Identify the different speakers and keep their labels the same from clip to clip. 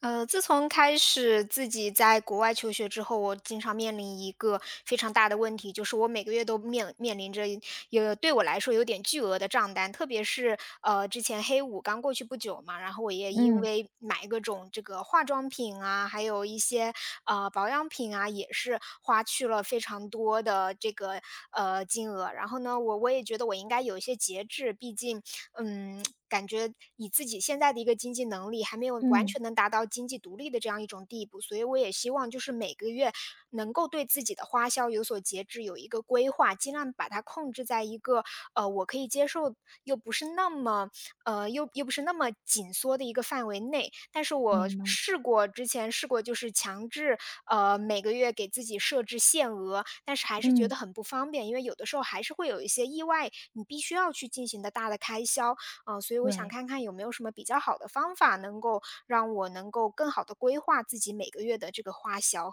Speaker 1: 自从开始自己在国外求学之后，我经常面临一个非常大的问题，就是我每个月都面临着有对我来说有点巨额的账单，特别是之前黑五刚过去不久嘛，然后我也因
Speaker 2: 嗯
Speaker 1: 为买各种这个化妆品啊，还有一些保养品啊，也是花去了非常多的这个金额。然后呢，我也觉得我应该有一些节制，毕竟感觉以自己现在的一个经济能力，还没有完
Speaker 2: 嗯，
Speaker 1: 全能达到经济独立的这样一种地步，所以我也希望就是每个月能够对自己的花销有所节制，有一个规划，尽量把它控制在一个我可以接受，又不是那么又不是那么紧缩的一个范围内。但是我
Speaker 2: 明白，
Speaker 1: 试过之前试过，就是强制每个月给自己设置限额，但是还是觉
Speaker 2: 嗯，
Speaker 1: 得很不方便，因为有的时候还是会有一些意外，你必须要去进行的大的开销。啊，所以我想
Speaker 2: 对。
Speaker 1: 看看有没有什么比较好的方法，能够让我能够更好的规划自己每个月的这个花销。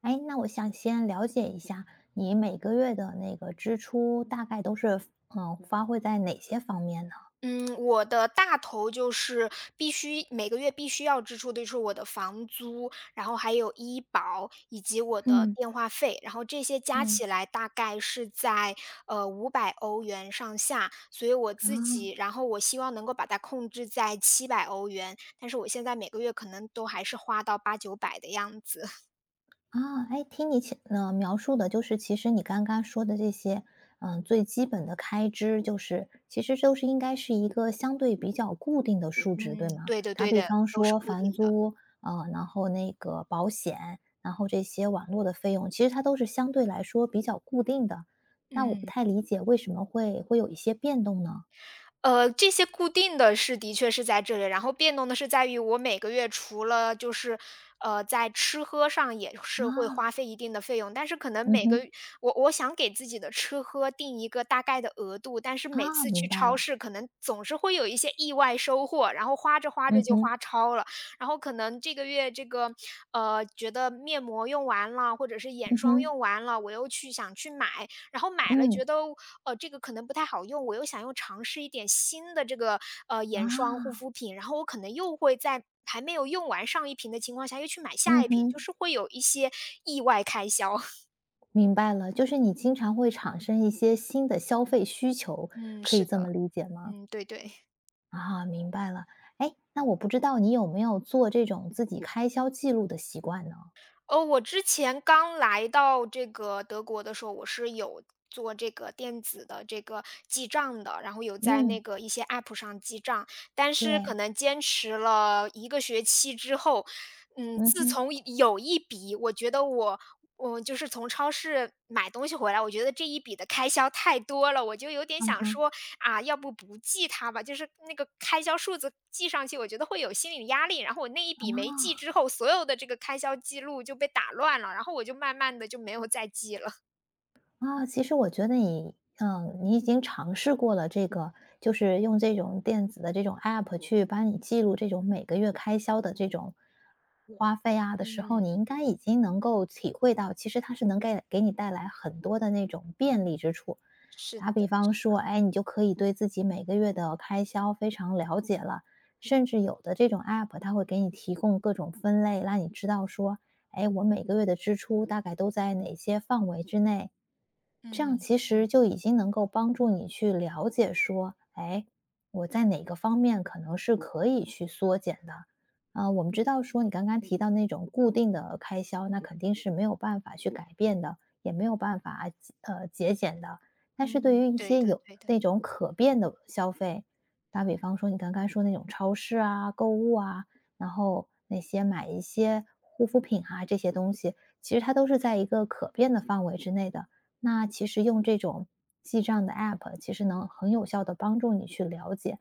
Speaker 2: 哎，那我想先了解一下，你每个月的那个支出大概都是，嗯，花费在哪些方面呢？
Speaker 1: 嗯，我的大头就是必须每个月必须要支出的就是我的房租，然后还有医保以及我的
Speaker 2: 嗯
Speaker 1: 电话费，然后这些加
Speaker 2: 嗯，
Speaker 1: 起来大概是在500欧元上下，所以我自
Speaker 2: 啊。
Speaker 1: 己然后我希望能够把它控制在700欧元，但是我现在每个月可能都还是花到八九百的样子。
Speaker 2: 啊，哎，听你描述的，就是其实你刚刚说的这些，嗯，最基本的开支，就是其实都是应该是一个相对比较固定的数
Speaker 1: 嗯，
Speaker 2: 值，对吗？
Speaker 1: 对的
Speaker 2: 打
Speaker 1: 对
Speaker 2: 比
Speaker 1: 的，
Speaker 2: 方
Speaker 1: 都是
Speaker 2: 说
Speaker 1: 固
Speaker 2: 房
Speaker 1: 定的。
Speaker 2: 租，然后那个保险，然后这些网络的费用，其实它都是相对来说比较固定的。那我不
Speaker 1: 嗯。
Speaker 2: 太理解为什么会有一些变动呢？
Speaker 1: 这些固定的是的确是在这里，然后变动的是在于我每个月除了就是，在吃喝上也是会花
Speaker 2: 啊，
Speaker 1: 费一定的费用，但是可能
Speaker 2: 嗯
Speaker 1: 每个
Speaker 2: 哼，
Speaker 1: 我我想给自己的吃喝定一个大概的额度，但是每
Speaker 2: 啊，
Speaker 1: 次
Speaker 2: 明
Speaker 1: 去
Speaker 2: 白
Speaker 1: 超
Speaker 2: 了，
Speaker 1: 市可能总是会有一些意外收获，然后花着花着
Speaker 2: 嗯
Speaker 1: 就
Speaker 2: 哼，
Speaker 1: 花超了。然后可能这个月觉得面膜用完了，或者是眼
Speaker 2: 嗯
Speaker 1: 霜
Speaker 2: 哼，
Speaker 1: 用完了，我又去想去买，然后买了
Speaker 2: 嗯，
Speaker 1: 觉得，这个可能不太好用，我又想尝试一点新的眼霜、
Speaker 2: 啊，
Speaker 1: 护肤品，然后我可能又会在还没有用完上一瓶的情况下，又去买
Speaker 2: 嗯
Speaker 1: 下一瓶，就
Speaker 2: 哼。
Speaker 1: 是会有一些意外开销。
Speaker 2: 明白了，就是你经常会产生一些新的消费需求，
Speaker 1: 嗯，
Speaker 2: 可以
Speaker 1: 是的，
Speaker 2: 这么理解吗？
Speaker 1: 嗯，对对。
Speaker 2: 啊，明白了。哎，那我不知道你有没有做这种自己开销记录的习惯呢？
Speaker 1: 哦，我之前刚来到这个德国的时候，我是有做这个电子的这个记账的，然后有在
Speaker 2: 嗯，
Speaker 1: 一些 App 上记账，但是可
Speaker 2: 对，
Speaker 1: 能坚持了一个学期之后，
Speaker 2: 嗯
Speaker 1: 自
Speaker 2: 哼，
Speaker 1: 从有一笔，我觉得我就是从超市买东西回来，我觉得这一笔的开销太多了，我就有点
Speaker 2: 嗯
Speaker 1: 想
Speaker 2: 哼。
Speaker 1: 说，啊，要不不记它吧，就是那个开销数字记上去，我觉得会有心理压力。然后我那一笔没记之后，所有的这个开销记录就被打乱了，然后我就慢慢的就没有再记了。
Speaker 2: 啊，其实我觉得你，嗯，你已经尝试过了这个，就是用这种电子的这种 app 去帮你记录这种每个月开销的这种花费啊的时候，
Speaker 1: 嗯。
Speaker 2: 你应该已经能够体会到，其实它是能给你带来很多的那种便利之处。
Speaker 1: 是
Speaker 2: 打比
Speaker 1: 的。
Speaker 2: 方说，哎，你就可以对自己每个月的开销非常了解了，甚至有的这种 app 它会给你提供各种分类，让你知道说。哎，我每个月的支出大概都在哪些范围之内？这样
Speaker 1: 嗯，
Speaker 2: 其实就已经能够帮助你去了解说，哎，我在哪个方面可能是可以去缩减的。啊，我们知道说你刚刚提到那种固定的开销，那肯定是没有办法去改变的，也没有办法啊节俭的。但是对
Speaker 1: 嗯。
Speaker 2: 于一
Speaker 1: 对
Speaker 2: 些
Speaker 1: 的
Speaker 2: 有
Speaker 1: 对的。
Speaker 2: 那种可变的消费，打比方说你刚刚说那种超市啊、购物啊，然后那些买一些护肤品啊这些东西，其实它都是在一个可变的范围之内的。那其实用这种记账的 App，其实能很有效的帮助你去了解。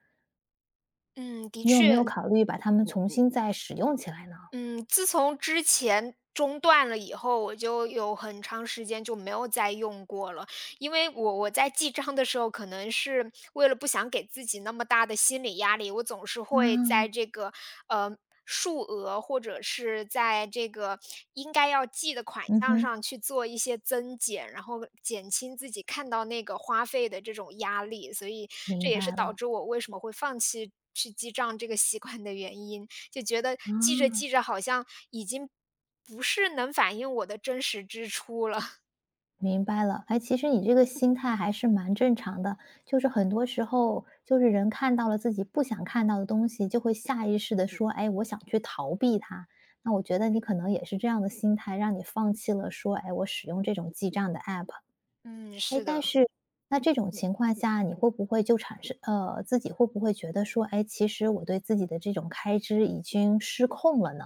Speaker 1: 嗯，的
Speaker 2: 你有没有
Speaker 1: 确。
Speaker 2: 考虑把它们重新再使用起来呢？
Speaker 1: 嗯，自从之前中断了以后，我就有很长时间就没有再用过了。因为我在记账的时候，可能是为了不想给自己那么大的心理压力，我总是会在
Speaker 2: 啊，
Speaker 1: 这个呃数额或者是在这个应该要记的款
Speaker 2: 嗯
Speaker 1: 项
Speaker 2: 哼，
Speaker 1: 上去做一些增减，然后减轻自己看到那个花费的这种压力。所以这
Speaker 2: 明
Speaker 1: 也是
Speaker 2: 白
Speaker 1: 导
Speaker 2: 了，
Speaker 1: 致我为什么会放弃去记账这个习惯的原因。就觉得记着
Speaker 2: 啊。
Speaker 1: 记着好像已经不是能反映我的真实支出了。
Speaker 2: 明白了，哎，其实你这个心态还是蛮正常的，就是很多时候，就是人看到了自己不想看到的东西，就会下意识的嗯说，哎，我想去逃避它。那我觉得你可能也是这样的心态，让你放弃了说，哎，我使用这种记账的 app。
Speaker 1: 嗯，
Speaker 2: 哎，
Speaker 1: 是
Speaker 2: 但
Speaker 1: 的。
Speaker 2: 是那这种情况下，你会不会就产生，自己会不会觉得说，哎，其实我对自己的这种开支已经失控了呢？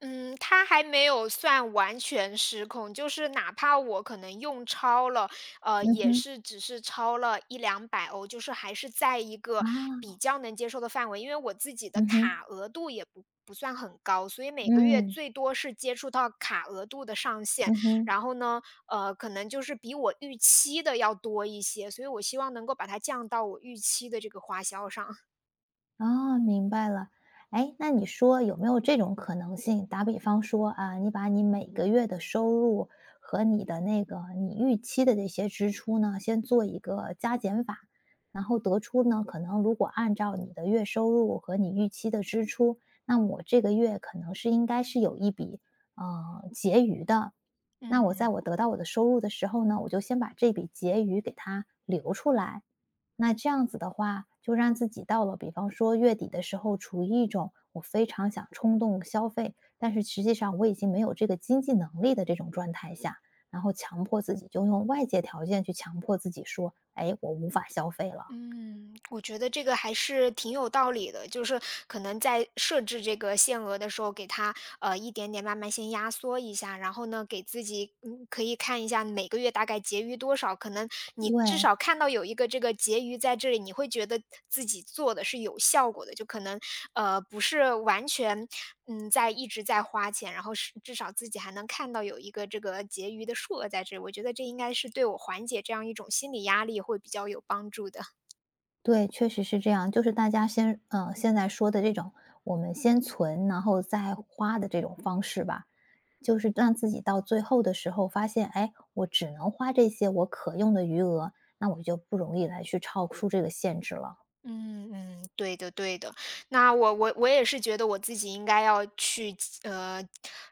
Speaker 1: 嗯，它还没有算完全失控，就是哪怕我可能用超了，
Speaker 2: 嗯
Speaker 1: 也
Speaker 2: 哼，
Speaker 1: 是只是超了一两百欧，就是还是在一个
Speaker 2: 啊，
Speaker 1: 比较能接受的范围。因为我自己的
Speaker 2: 嗯哼，
Speaker 1: 卡额度也不算很高，所以每个月
Speaker 2: 嗯，
Speaker 1: 最多是接触到卡额度的上限。
Speaker 2: 嗯哼。
Speaker 1: 然后呢，可能就是比我预期的要多一些，所以我希望能够把它降到我预期的这个花销上。
Speaker 2: 哦，明白了。哎，那你说有没有这种可能性？打比方说啊，你把你每个月的收入和你的那个你预期的这些支出呢，先做一个加减法，然后得出呢，可能如果按照你的月收入和你预期的支出，那我这个月可能是应该是有一笔结余的。那我
Speaker 1: 嗯。
Speaker 2: 在我得到我的收入的时候呢，我就先把这笔结余给它留出来，那这样子的话，就让自己到了，比方说月底的时候，处于一种我非常想冲动消费，但是实际上我已经没有这个经济能力的这种状态下，然后强迫自己就用外界条件去强迫自己说，哎，我无法消费了。
Speaker 1: 嗯，我觉得这个还是挺有道理的，就是可能在设置这个限额的时候，给它一点点慢慢先压缩一下，然后呢，给自己可以看一下每个月大概结余多少，可能你至
Speaker 2: 对
Speaker 1: 少看到有一个这个结余在这里，你会觉得自己做的是有效果的，就可能不是完全在一直在花钱，然后是至少自己还能看到有一个这个结余的数额在这里，我觉得这应该是对我缓解这样一种心理压力会比较有帮助的。
Speaker 2: 对，确实是这样。就是大家先，嗯，现在说的这种，我们先存，然后再花的这种方式吧。就是让自己到最后的时候发现，哎，我只能花这些我可用的余额，那我就不容易来去超出这个限制了。
Speaker 1: 嗯嗯，对的对的。那我也是觉得我自己应该要去呃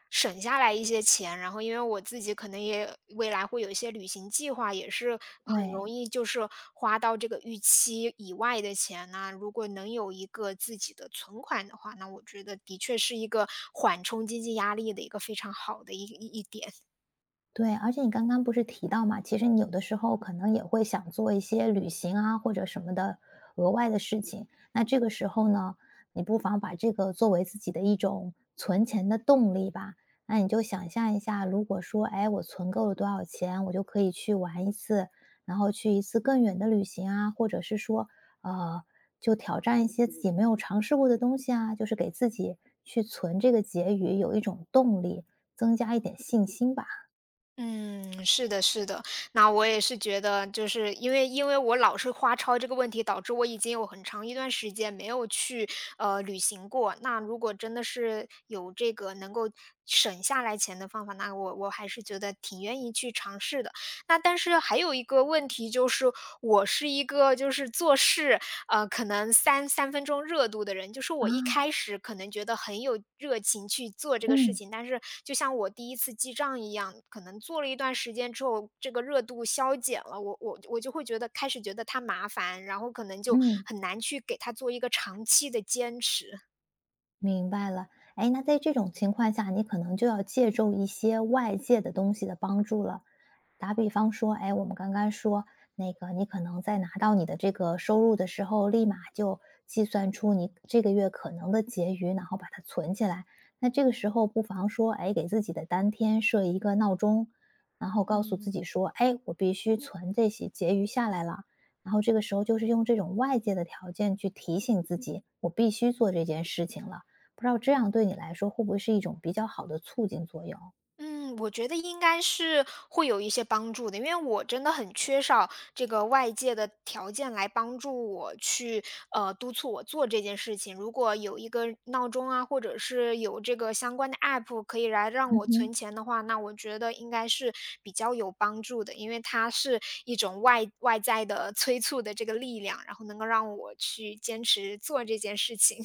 Speaker 1: 省下来一些钱，然后因为我自己可能也未来会有一些旅行计划，也是很容
Speaker 2: 对，
Speaker 1: 易就是花到这个预期以外的钱呢、如果能有一个自己的存款的话，那我觉得的确是一个缓冲经济压力的一个非常好的一点。
Speaker 2: 对，而且你刚刚不是提到嘛，其实你有的时候可能也会想做一些旅行啊，或者什么的额外的事情。那这个时候呢，你不妨把这个作为自己的一种存钱的动力吧。那你就想象一下，如果说，哎，我存够了多少钱，我就可以去玩一次，然后去一次更远的旅行啊，或者是说，呃，就挑战一些自己没有尝试过的东西啊，就是给自己去存这个结余有一种动力，增加一点信心吧。
Speaker 1: 嗯，是的，是的。那我也是觉得，就是因为我老是花超这个问题，导致我已经有很长一段时间没有去旅行过。那如果真的是有这个能够省下来钱的方法，那我还是觉得挺愿意去尝试的。那但是还有一个问题就是，我是一个就是做事。可能三分钟热度的人。就是我一
Speaker 2: 啊，
Speaker 1: 开始可能觉得很有热情去做这个事
Speaker 2: 嗯
Speaker 1: 情，但是就像我第一次记账一样，可能做了一段时间之后，这个热度消减了，我就会觉得开始觉得它麻烦，然后可能就
Speaker 2: 嗯，
Speaker 1: 很难去给它做一个长期的坚持。
Speaker 2: 明白了，哎，那在这种情况下，你可能就要借助一些外界的东西的帮助了。打比方说，哎，我们刚刚说那个，你可能在拿到你的这个收入的时候，立马就计算出你这个月可能的结余，然后把它存起来。那这个时候，不妨说，哎，给自己的当天设一个闹钟，然后告诉自己说，哎，我必须存这些结余下来了。然后这个时候，就是用这种外界的条件去提醒自己，我必须做这件事情了。不知道这样对你来说会不会是一种比较好的促进作用？
Speaker 1: 嗯，我觉得应该是会有一些帮助的，因为我真的很缺少这个外界的条件来帮助我去督促我做这件事情。如果有一个闹钟啊，或者是有这个相关的 app 可以来让
Speaker 2: 嗯
Speaker 1: 我存
Speaker 2: 哼。
Speaker 1: 钱的话，那我觉得应该是比较有帮助的，因为它是一种外在的催促的这个力量，然后能够让我去坚持做这件事情。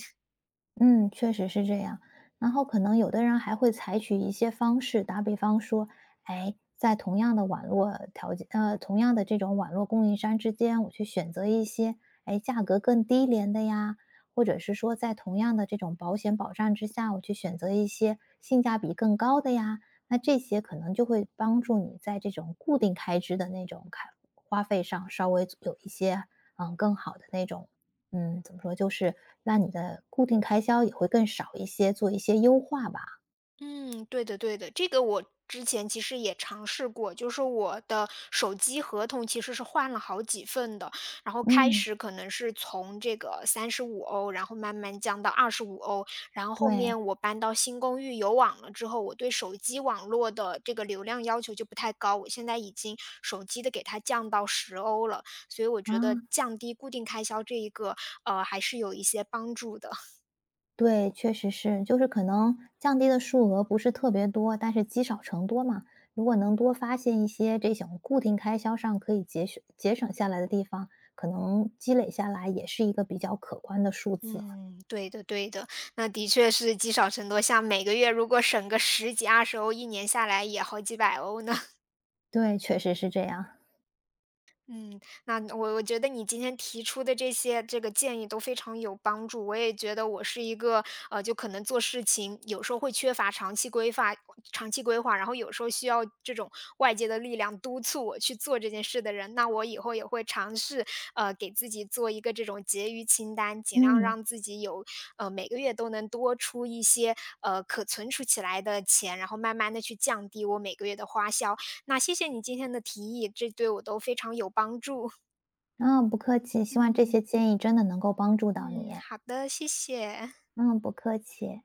Speaker 2: 嗯，确实是这样。然后可能有的人还会采取一些方式，打比方说，哎，在同样的网络条件，同样的这种网络供应商之间，我去选择一些，哎，价格更低廉的呀，或者是说，在同样的这种保险保障之下，我去选择一些性价比更高的呀。那这些可能就会帮助你在这种固定开支的那种开花费上，稍微有一些嗯更好的那种嗯，怎么说，就是那你的固定开销也会更少一些，做一些优化吧。
Speaker 1: 嗯，对的对的，这个我之前其实也尝试过，就是我的手机合同其实是换了好几份的，然后开
Speaker 2: 嗯，
Speaker 1: 始可能是从这个35欧，然后慢慢降到25欧，然后后
Speaker 2: 对，
Speaker 1: 面我搬到新公寓有网了之后，我对手机网络的这个流量要求就不太高，我现在已经手机的给它降到十欧了，所以我觉得
Speaker 2: 啊，
Speaker 1: 降低固定开销这一个，还是有一些帮助的。
Speaker 2: 对，确实是，就是可能降低的数额不是特别多，但是积少成多嘛。如果能多发现一些这种固定开销上可以节省下来的地方，可能积累下来也是一个比较可观的数字。
Speaker 1: 嗯，对的对的，那的确是积少成多，像每个月如果省个十几二十欧一年下来也好几百欧呢。
Speaker 2: 对，确实是这样。
Speaker 1: 嗯，那我觉得你今天提出的这些这个建议都非常有帮助。我也觉得我是一个就可能做事情有时候会缺乏长期规划，然后有时候需要这种外界的力量督促我去做这件事的人。那我以后也会尝试给自己做一个这种结余清单，尽量
Speaker 2: 嗯，
Speaker 1: 让自己有每个月都能多出一些可存储起来的钱，然后慢慢的去降低我每个月的花销。那谢谢你今天的提议，这对我都非常有帮助。
Speaker 2: 啊，不客气，希望这
Speaker 1: 嗯。
Speaker 2: 些建议真的能够帮助到
Speaker 1: 嗯，
Speaker 2: 你。
Speaker 1: 好的，谢谢。
Speaker 2: 嗯，不客气。